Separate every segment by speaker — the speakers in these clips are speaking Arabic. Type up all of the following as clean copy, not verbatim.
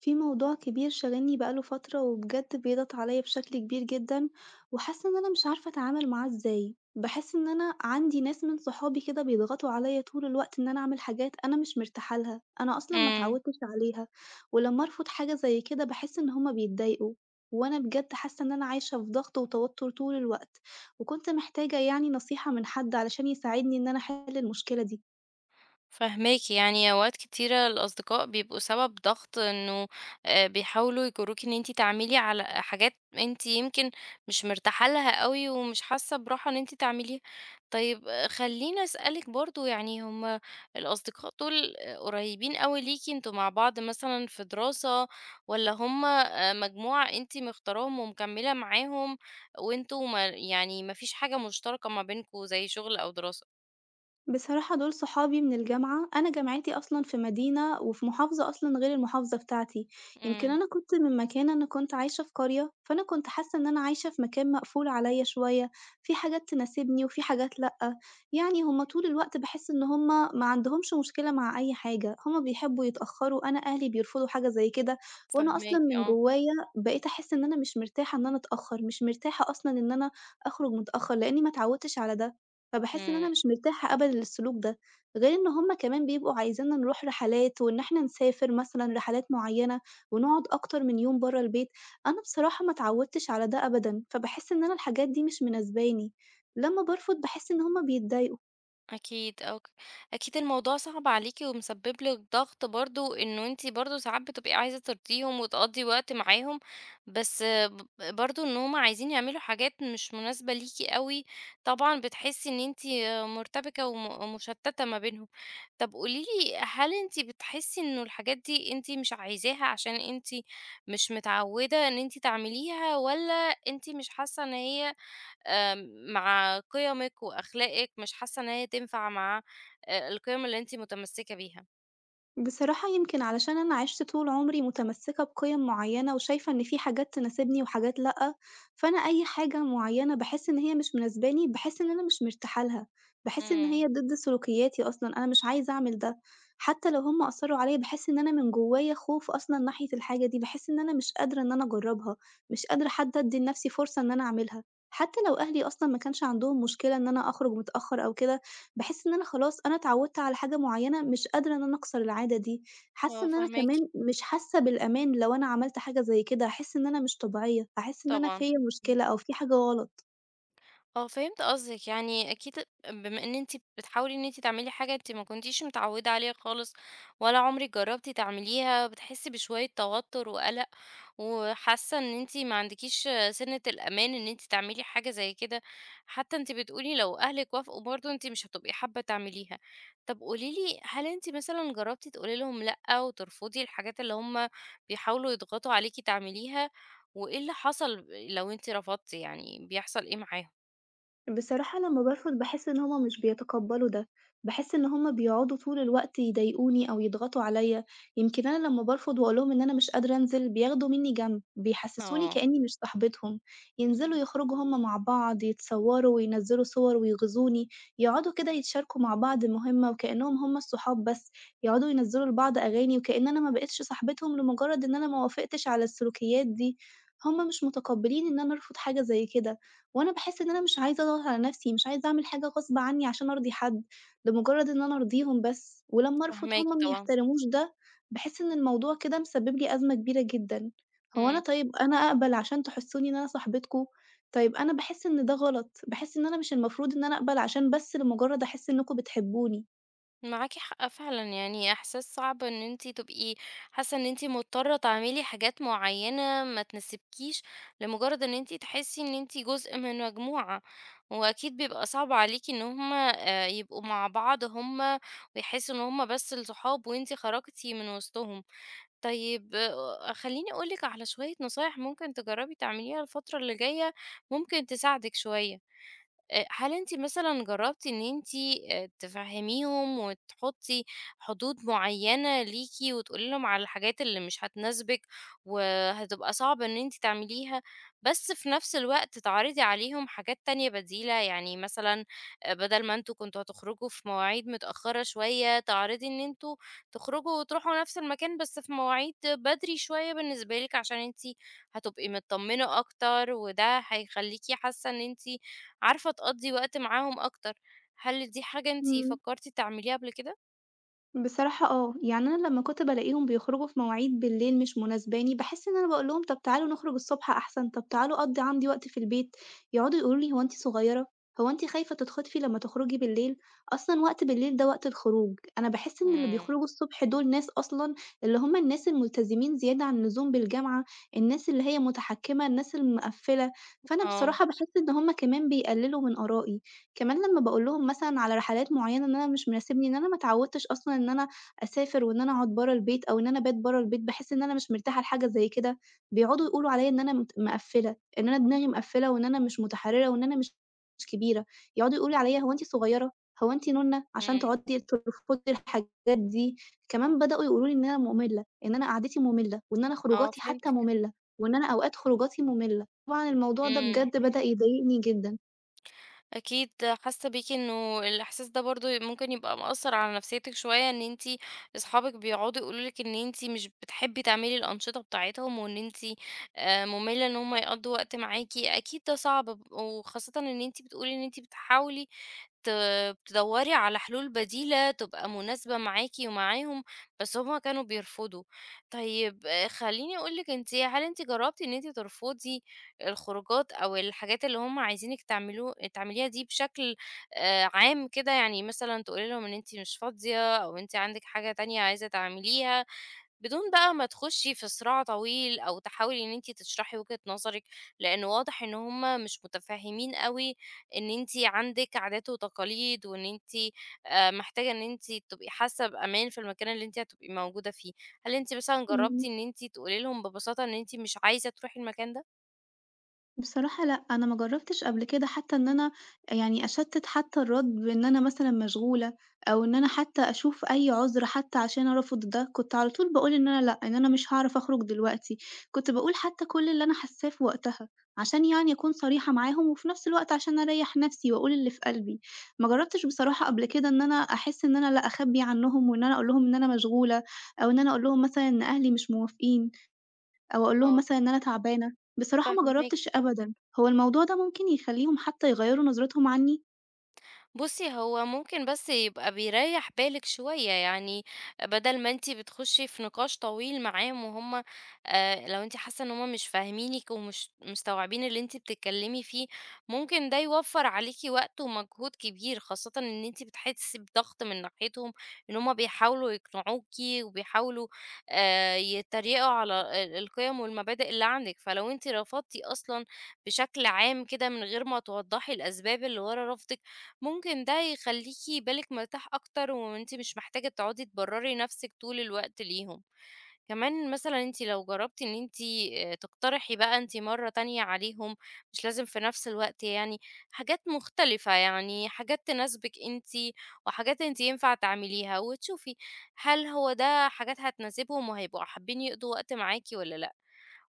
Speaker 1: في موضوع كبير شاغلني بقاله فترة وبجد بيضغط عليا بشكل كبير جدًا، وحاسة إن أنا مش عارفة أتعامل معاه إزاي، باحس إن أنا عندي ناس من صحابي كده بيضغطوا عليا طول الوقت إن أنا أعمل حاجات أنا مش مرتاحة لها، أنا أصلًا ما
Speaker 2: إمم،
Speaker 1: اتعودتش عليها، ولمّا أرفض حاجة زي كده باحس إن هُم بيتضايقوا، وأنا بجد حاسة إن أنا عايشة في ضغط وتوتر طول الوقت، وكنت محتاجة يعني نصيحة من حد علشان يساعدني إن أنا أحل المشكلة دي.
Speaker 2: فاهماكِ، يعني أوقات كتيرة الأصدقاء بيبقوا سبب ضغط إنه بيحاولوا يجروكِ إن أنتِ تعملي على حاجات أنتِ يمكن مش مرتاحة لها أوي، ومش حاسة براحة إن أنتِ تعمليها. طيب آه، خلّيني أسألِك برضه يعني هُم الأصدقاء دول آه، قريبين أوي ليكِ، أنتم مع بعض مثلًا في دراسة، والّا هُم مجموعة أنتِ مختاراهم ومكملة معاهم، وأنتم ما يعني ما فيش حاجة مشتركة ما بينكم زي شغل أو دراسة؟
Speaker 1: بصراحة دول صحابي من الجامعة، أنا جامعتي أصلًا في مدينة وفي محافظة أصلًا غير المحافظة بتاعتي، يمكن
Speaker 2: إمم.
Speaker 1: أنا كنت من مكان أنا كنت عايشة في قرية، فأنا كنت حاسة إن أنا عايشة في مكان مقفول عليَّ شوية، في حاجات تناسبني وفي حاجات لأ، يعني هُم طول الوقت باحس إن هُم ما عندهمش مشكلة مع أي حاجة، هُم بيحبوا يتأخروا، أنا أهلي بيرفضوا حاجة زي كده، وأنا أصلًا
Speaker 2: فاهماكِ
Speaker 1: من
Speaker 2: آه،
Speaker 1: جوايا بقيت أحس إن أنا مش مرتاحة إن أنا أتأخر، مش مرتاحة أصلًا إن أنا أخرج متأخر، لإني ما اتعودتش على ده. فباحس إن
Speaker 2: إمم،
Speaker 1: أنا مش مرتاحة أبدًا للسلوك ده، غير إن هُم كمان بيبقوا عايزينّا نروح رحلات وإن إحنا نسافر مثلًا رحلات معيّنة ونقعد أكتر من يوم برّه البيت، أنا بصراحة ما اتعودتش على ده أبدًا، فباحس إن أنا الحاجات دي مش مناسباني، لمّا بارفض باحس إن هُم بيتضايقوا.
Speaker 2: أكيد أوك أكيد الموضوع صعب عليكِ ومسبب لِك ضغط برضه، إنه أنتِ برضه ساعات بتبقي عايزة ترضيهم وتقضّي وقت معاهم، بس برضه إن هُم عايزين يعملوا حاجات مش مناسبة ليكِ أوي، طبعًا بتحسي إن أنتِ مرتبكة وم مشتتة ما بينهم. طب قولي لي، هل أنتِ بتحسي إنه الحاجات دي أنتِ مش عايزاها عشان أنتِ مش متعودة إن أنتِ تعمليها، والّا أنتِ مش حاسة إن هي مع قِيَمِك وأخلاقِك، مش حاسة إن هي تنفع مع القِيَم اللي أنتِ متمسكة بيها.
Speaker 1: بصراحة يمكن علشان أنا عِشت طول عمري متمسّكة بقِيَم معيّنة وشايفة إن في حاجات تناسبني وحاجات لأ، فأنا أي حاجة معيّنة باحس إن هي مش مناسباني، باحس إن أنا مش مرتاحة لها، باحس إن
Speaker 2: إمم،
Speaker 1: هي ضد سلوكياتي أصلًا، أنا مش عايزة أعمل ده، حتى لو هم أصرّوا عليَّ باحس إن أنا من جوّايا خوف أصلًا ناحية الحاجة دي، باحس إن أنا مش قادرة إن أنا أجرّبها، مش قادرة حتى أدّي لنَفْسي فرصة إن أنا أعملها، حتى لو أهلي أصلًا ما كانش عندهم مشكلة إن أنا أخرج متأخّر أو كده، باحس إن أنا خلاص أنا اتعودت على حاجة معيّنة، مش قادرة إن أنا أكسر العادة دي، حاسة
Speaker 2: آه
Speaker 1: إن أنا
Speaker 2: فاهماكِ
Speaker 1: كمان مش حاسة بالأمان لو أنا عملت حاجة زي كده، هاحس إن أنا مش طبيعية، هاحس إن أنا
Speaker 2: طبعًا.
Speaker 1: فيّا
Speaker 2: إمم،
Speaker 1: مشكلة أو في حاجة غلط.
Speaker 2: آه فهمت قصدِك، يعني أكيد بما إن أنتِ بتحاولي إن أنتِ تعملي حاجة أنتِ ما كنتيش متعودة عليها خالص، ولا عمرِك جربتِ تعمليها، بتحسي بشوية توتر وقلق. وحاسة إن أنتِ ما عندكيش سِنة الأمان إن أنتِ تعملي حاجة زي كده، حتى أنتِ بتقولي لو أهلِك وافقوا برضه أنتِ مش هتبقي حابة تعمليها. طب قولي لي، هل أنتِ مثلًا جربتِ تقولي لهم لأ وترفضي الحاجات اللي هم بيحاولوا يضغطوا عليكِ تعمليها، وإيه اللي حصل لو أنتِ رفضتِ يعني بيحصل إيه معاهم؟
Speaker 1: بصراحة لمّا بارفض باحس إن هُم مش بيتقبّلوا ده، باحس إن هُم بيقعدوا طول الوقت يضايقوني أو يضغطوا عليّا، يمكن أنا لمّا بارفض وأقول لهم إن أنا مش قادرة أنزل بياخدوا منّي جنب، بيحسسوني
Speaker 2: آه،
Speaker 1: كإنّي مش صاحبتهم، ينزلوا يخرجوا هُم مع بعض، يتصوّروا وينزّلوا صور ويغيظوني، يقعدوا كده يتشاركوا مع بعض مهمة وكإنّهم هُم الصحاب بس، يقعدوا ينزّلوا لبعض أغاني وكإن أنا ما بقيتش صاحبتهم لمجرد إن أنا ما وافقتش على السلوكيات دي، هُم مش متقبّلين إن أنا أرفض حاجة زي كده. وأنا باحس إن أنا مش عايزة أضغط على نفسي، مش عايزة أعمل حاجة غصب عنّي عشان أرضي حد، لمجرد إن أنا أرضيهم بس، ولمّا أرفض
Speaker 2: فاهماكِ
Speaker 1: هُم ما
Speaker 2: طبعًا.
Speaker 1: يحترموش ده، باحس إن الموضوع كده مسبب لي أزمة كبيرة جدًا. هو
Speaker 2: إمم.
Speaker 1: أنا طيب أنا أقبل عشان تحسّوني إن أنا صاحبتكم؟ طيب أنا باحس إن ده غلط، باحس إن أنا مش المفروض إن أنا أقبل عشان بس لمجرد أحس إنكم بتحبوني.
Speaker 2: معاكِ حق فعلًا، يعني إحساس صعب إن أنتِ تبقي حاسة إن أنتِ مضطرة تعملي حاجات معينة ما تناسبكيش، لمجرد إن أنتِ تحسي إن أنتِ جزء من مجموعة، وأكيد بيبقى صعب عليكِ إن هُم يبقوا مع بعض هُم ويحسوا إن هُم بس الصحاب وأنتِ خرجتِ من وسطهم. طيب آه، خلّيني أقول لِك على شوية نصايح ممكن تجربي تعمليها الفترة اللي جاية، ممكن تساعدِك شوية. هل أنتِ مثلًا جربتِ إن أنتِ تفهميهم وتحطي حدود معينة ليكِ، وتقولي لهم على الحاجات اللي مش هتناسبِك، وهتبقى صعب إن أنتِ تعمليها، بس في نفس الوقت تعرضي عليهم حاجات تانية بديلة، يعني مثلًا بدل ما أنتم كنتم هتخرجوا في مواعيد متأخرة شوية، تعرضي إن أنتم تخرجوا وتروحوا نفس المكان بس في مواعيد بدري شوية بالنسبة لِك، عشان أنتِ هتبقي متطمنة أكتر، وده هيخليكِ حاسة إن أنتِ عارفة تقضّي وقت معاهم أكتر، هل دي حاجة أنتِ
Speaker 1: إمم.
Speaker 2: فكّرتِ تعمليها قبل كده؟
Speaker 1: بصراحة آه، يعني أنا لمّا كنت بالاقيهم بيخرجوا في مواعيد بالليل مش مناسباني، باحس إن أنا باقول لهم طب تعالوا نخرج الصبح أحسن، طب تعالوا قضّي عندي وقت في البيت، يقعدوا يقولوا لي: "هو أنتِ صغيرة؟ هو أنتِ خايفة تتخطفي لمّا تخرجي بالليل؟" أصلًا وقت بالليل ده وقت الخروج، أنا باحس إن اللي
Speaker 2: إمم،
Speaker 1: بيخرجوا الصبح دول ناس أصلًا اللي هم الناس الملتزمين زيادة عن اللزوم بالجامعة، الناس اللي هي متحكمة، الناس المقفّلة، فأنا
Speaker 2: آه،
Speaker 1: بصراحة باحس إن هم كمان بيقللوا من آرائي. كمان لمّا باقول لهم مثلًا على رحلات معيّنة إن أنا مش مناسبني، إن أنا ما اتعودتش أصلًا إن أنا أسافر وإن أنا أقعد برّه البيت أو إن أنا أبات برّه البيت، باحس إن أنا مش مرتاحة لحاجة زي كده، بيقعدوا يقولوا عليّا إن أنا مت مقفّلة، إن أنا دماغي مقفّلة وإن أنا مش متحرّرة وإن أنا مش كبيرة، يقعدوا يقولوا عليّا هو أنتِ صغيرة، هو أنتِ نُنّة عشان
Speaker 2: إمم،
Speaker 1: تقعدي ترفضي الحاجات دي، كمان بدأوا يقولوا لي إن أنا مُمِلّة، إن أنا قعدتي مُمِلّة وإن أنا
Speaker 2: آه
Speaker 1: خروجاتي حتى
Speaker 2: فهمتِك،
Speaker 1: مُمِلّة وإن أنا أوقات خروجاتي مُمِلّة، طبعًا الموضوع ده
Speaker 2: إمم،
Speaker 1: بجد بدأ يضايقني جدًا.
Speaker 2: أكيد حاسة بيكِ إنه الإحساس ده برضه ممكن يبقى مأثّر على نفسيتِك شوية، إن أنتِ أصحابِك بيقعدوا يقولوا لِك إن أنتِ مش بتحبّي تعملي الأنشطة بتاعتهم، وإن أنتِ مُمِلّة إن هُم يقضّوا وقت معاكِ، أكيد ده صعب، وخاصةً إن أنتِ بتقولي إن أنتِ بتحاولي تدوري على حلول بديلة تبقى مناسبة معاكِ ومعاهم، بس هُم كانوا بيرفضوا. طيب خلّيني أقول لِك، أنتِ هل أنتِ جرّبتِ إن أنتِ ترفضي الخروجات أو الحاجات اللي هُم عايزينِك تعملوه تعمليها دي بشكل عام كده، يعني مثلًا تقولي لهم إن أنتِ مش فاضية أو أنتِ عندِك حاجة تانية عايزة تعمليها؟ بدون بقى ما تخشي في صراع طويل أو تحاولي إن أنتِ تشرحي وجهة نظرِك، لأن واضح إن هُم مش متفهمين أوي إن أنتِ عندِك عادات وتقاليد، وإن أنتِ محتاجة إن أنتِ تبقي حاسة بأمان في المكان اللي أنتِ هتبقي موجودة فيه. هل أنتِ مثلًا جربتِ
Speaker 1: إمم.
Speaker 2: إن أنتِ تقولي لهم ببساطة إن أنتِ مش عايزة تروحي المكان ده؟
Speaker 1: بصراحة لأ، أنا ما جرّبتش قبل كده حتى إن أنا أشتِّت حتى الرد بإن أنا مثلًا مشغولة أو إن أنا حتى أشوف أي عُذر حتى عشان أرفض ده، كنت على طول باقول إن أنا لأ، إن أنا مش هاعرف أخرُج دلوقتي، كنت باقول حتى كل اللي أنا حاسّاه في وقتها، عشان أكون صريحة معاهم وفي نفس الوقت عشان أريّح نفسي وأقول اللي في قلبي. ما جرّبتش بصراحة قبل كده إن أنا أحس إن أنا لأ، أخبّي عنّهم وإن أنا أقول لهم إن أنا مشغولة أو إن أنا أقول لهم مثلًا إن أهلي مش موافقين. أو أقول لهم
Speaker 2: آه،
Speaker 1: مثلًا إن أنا تعبانة، بصراحة ما
Speaker 2: فاهماكِ.
Speaker 1: جرّبتش أبدًا، هو الموضوع ده ممكن يخلّيهم حتى يغيّروا نظرتهم عني؟
Speaker 2: بُصّي، هو ممكن بس يبقى بيريّح بالِك شوية، يعني بدل ما أنتِ بتخشي في نقاش طويل معاهم وهُم لو أنتِ حاسة إن هُم مش فاهمينِك ومش مستوعبين اللي أنتِ بتتكلمي فيه، ممكن ده يوفّر عليكِ وقت ومجهود كبير، خاصةً إن أنتِ بتحسي بضغط من ناحيتهم إن هُم بيحاولوا يقنعوكِ وبيحاولوا يتريقوا على القيم والمبادئ اللي عندِك، فلو أنتِ رفضتِ أصلًا بشكل عام كده من غير ما توضّحي الأسباب اللي ورا رفضِك ممكن ده يخلّيكِ بالِك مرتاح أكتر، وأنتِ مش محتاجة تقعدي تبرّري نفسِك طول الوقت ليهم. كمان مثلًا أنتِ لو جرّبتِ إن أنتِ تقترحي بقى أنتِ مرّة تانية عليهم، مش لازم في نفس الوقت يعني، حاجات مختلفة، يعني حاجات تناسبِك أنتِ، وحاجات أنتِ ينفع تعمليها، وتشوفي هل هو ده حاجات هتناسبهم وهيبقوا حابين يقضوا وقت معاكِ والّا لأ.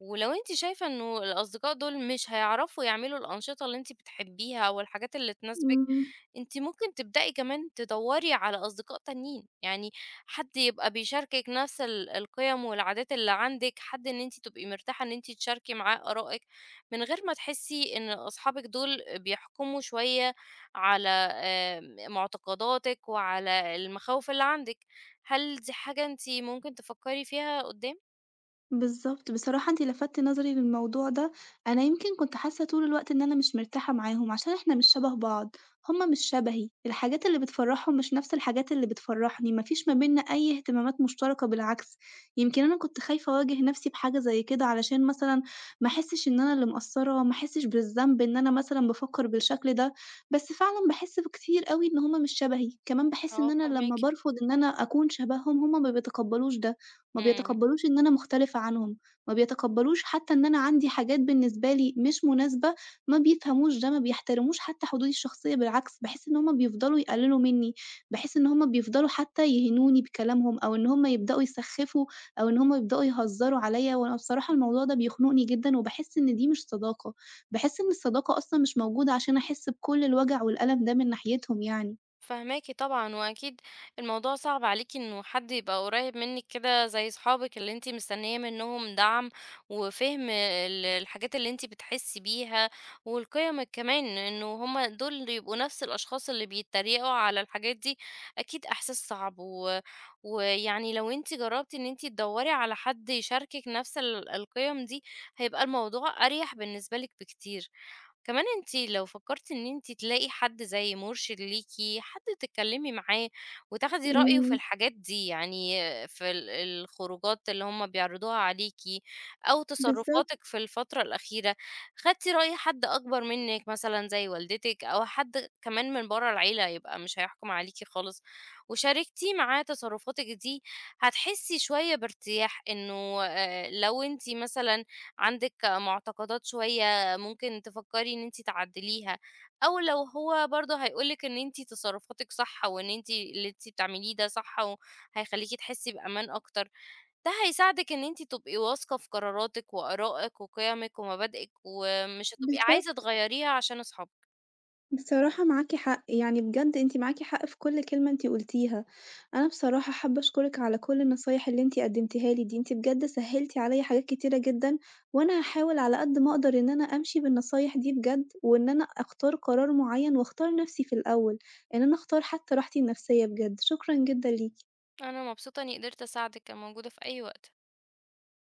Speaker 2: ولو أنتِ شايفة إنه الأصدقاء دول مش هيعرفوا يعملوا الأنشطة اللي أنتِ بتحبيها أو الحاجات اللي تناسبِك،
Speaker 1: إمم.
Speaker 2: أنتِ ممكن تبدئي كمان تدوّري على أصدقاء تانيين، يعني حد يبقى بيشاركِك نفس القيم والعادات اللي عندِك، حد إن أنتِ تبقي مرتاحة إن أنتِ تشاركي معاه آرائِك، من غير ما تحسي إن أصحابِك دول بيحكموا شوية على معتقداتِك وعلى المخاوف اللي عندِك. هل دي حاجة أنتِ ممكن تفكّري فيها قدّام؟
Speaker 1: بالضبط، بصراحة أنتِ لفتِّ نظري للموضوع ده، أنا يمكن كنت حاسة طول الوقت إن أنا مش مرتاحة معاهم، عشان إحنا مش شبه بعض، هُم مش شبهي، الحاجات اللي بتفرّحهم مش نفس الحاجات اللي بتفرّحني، ما فيش ما بيننا أي اهتمامات مشتركة بالعكس، يمكن أنا كنت خايفة أواجه نفسي بحاجة زي كده علشان مثلًا ما أحسش إن أنا اللي مقصّرة، ما أحسش بالذنب إن أنا مثلًا بافكّر بالشكل ده، بس فعلًا باحس بكتير أوي إن هُم مش شبهي، كمان باحس إن
Speaker 2: آه،
Speaker 1: أنا لمّا
Speaker 2: فاهماكِ.
Speaker 1: بارفض إن أنا أكون شبههم، هُم ما بيتقبّلوش ده. ما
Speaker 2: إمم.
Speaker 1: بيتقبّلوش إن أنا مختلفة عنهم، ما بيتقبّلوش حتى إن أنا عندي حاجات بالنسبة لي مش مناسبة، ما بيفهموش ده، ما بيحترموش حتى حدودي الشخصية بالعكس، باحس إن هُم بيفضلوا يقلّلوا منّي، باحس إن هُم بيفضلوا حتى يهينوني بكلامهم أو إن هُم يبدؤوا يسخّفوا أو إن هُم يبدؤوا يهزّروا عليّا وأنا بصراحة الموضوع ده بيخنقني جدًا وباحس إن دي مش صداقة، باحس إن الصداقة أصلًا مش موجودة عشان أحس بكل الوجع والألم ده من ناحيتهم.
Speaker 2: فهماكِ طبعًا، وأكيد الموضوع صعب عليكِ إنه حد يبقى قريب منِك كده زي صحابِك اللي أنتِ مستنية منهم دعم، وفهم الحاجات اللي أنتِ بتحسي بيها، وقيمِك كمان، إنه هُم دول اللي يبقوا نفس الأشخاص اللي بيتريقوا على الحاجات دي، أكيد إحساس صعب، ويعني لو أنتِ جربتِ إن أنتِ تدوري على حد يشاركِك نفس القيم دي، هيبقى الموضوع أريح بالنسبة لِك بكتير. كمان أنتِ لو فكرتِ إن أنتِ تلاقي حد زي مرشد ليكِ، حد تتكلمي معاه وتاخدي رأيه في
Speaker 1: إمم،
Speaker 2: الحاجات دي، يعني في الخروجات اللي هم بيعرضوها عليكِ أو
Speaker 1: بالضبط،
Speaker 2: تصرفاتِك في الفترة الأخيرة، خدتِ رأي حد أكبر منِك مثلًا زي والدتِك أو حد كمان من برّه العيلة يبقى مش هيحكم عليكِ خالص، وشاركتيه معاه تصرفاتِك دي، هتحسي شوية بارتياح إنه لو أنتِ مثلًا عندِك معتقدات شوية ممكن تفكري إن أنتِ تعدّليها، أو لو هو برضه هيقول لِك إن أنتِ تصرُّفاتِك صح وإن أنتِ اللي أنتِ بتعمليه ده صح وهيخلّيكِ تحسّي بأمان أكتر، ده هيساعدِك إن أنتِ تبقي واثقة في قراراتِك وآرائِك وقِيَمِك ومبادئِك، ومش هتبقي عايزة
Speaker 1: بالضبط.
Speaker 2: تغيّريها عشان أصحابِك.
Speaker 1: بصراحة معاكِ حق، بجد أنتِ معاكِ حق في كل كلمة أنتِ قُلتيها. أنا بصراحة حابة أشكرِك على كل النصايح اللي أنتِ قدّمتيها لي دي، أنتِ بجد سهّلتِ عليَّ حاجات كتيرة جدًا، وأنا هاحاول على قد ما أقدر إن أنا أمشي بالنصايح دي بجد، وإن أنا أختار قرار معيّن وأختار نَفْسي في الأول، إن أنا أختار حتى راحتي النفسية بجد. شكرًا جدًا ليكِ.
Speaker 2: أنا مبسوطة إني قدرت أساعدِك، أنا موجودة في أي وقت.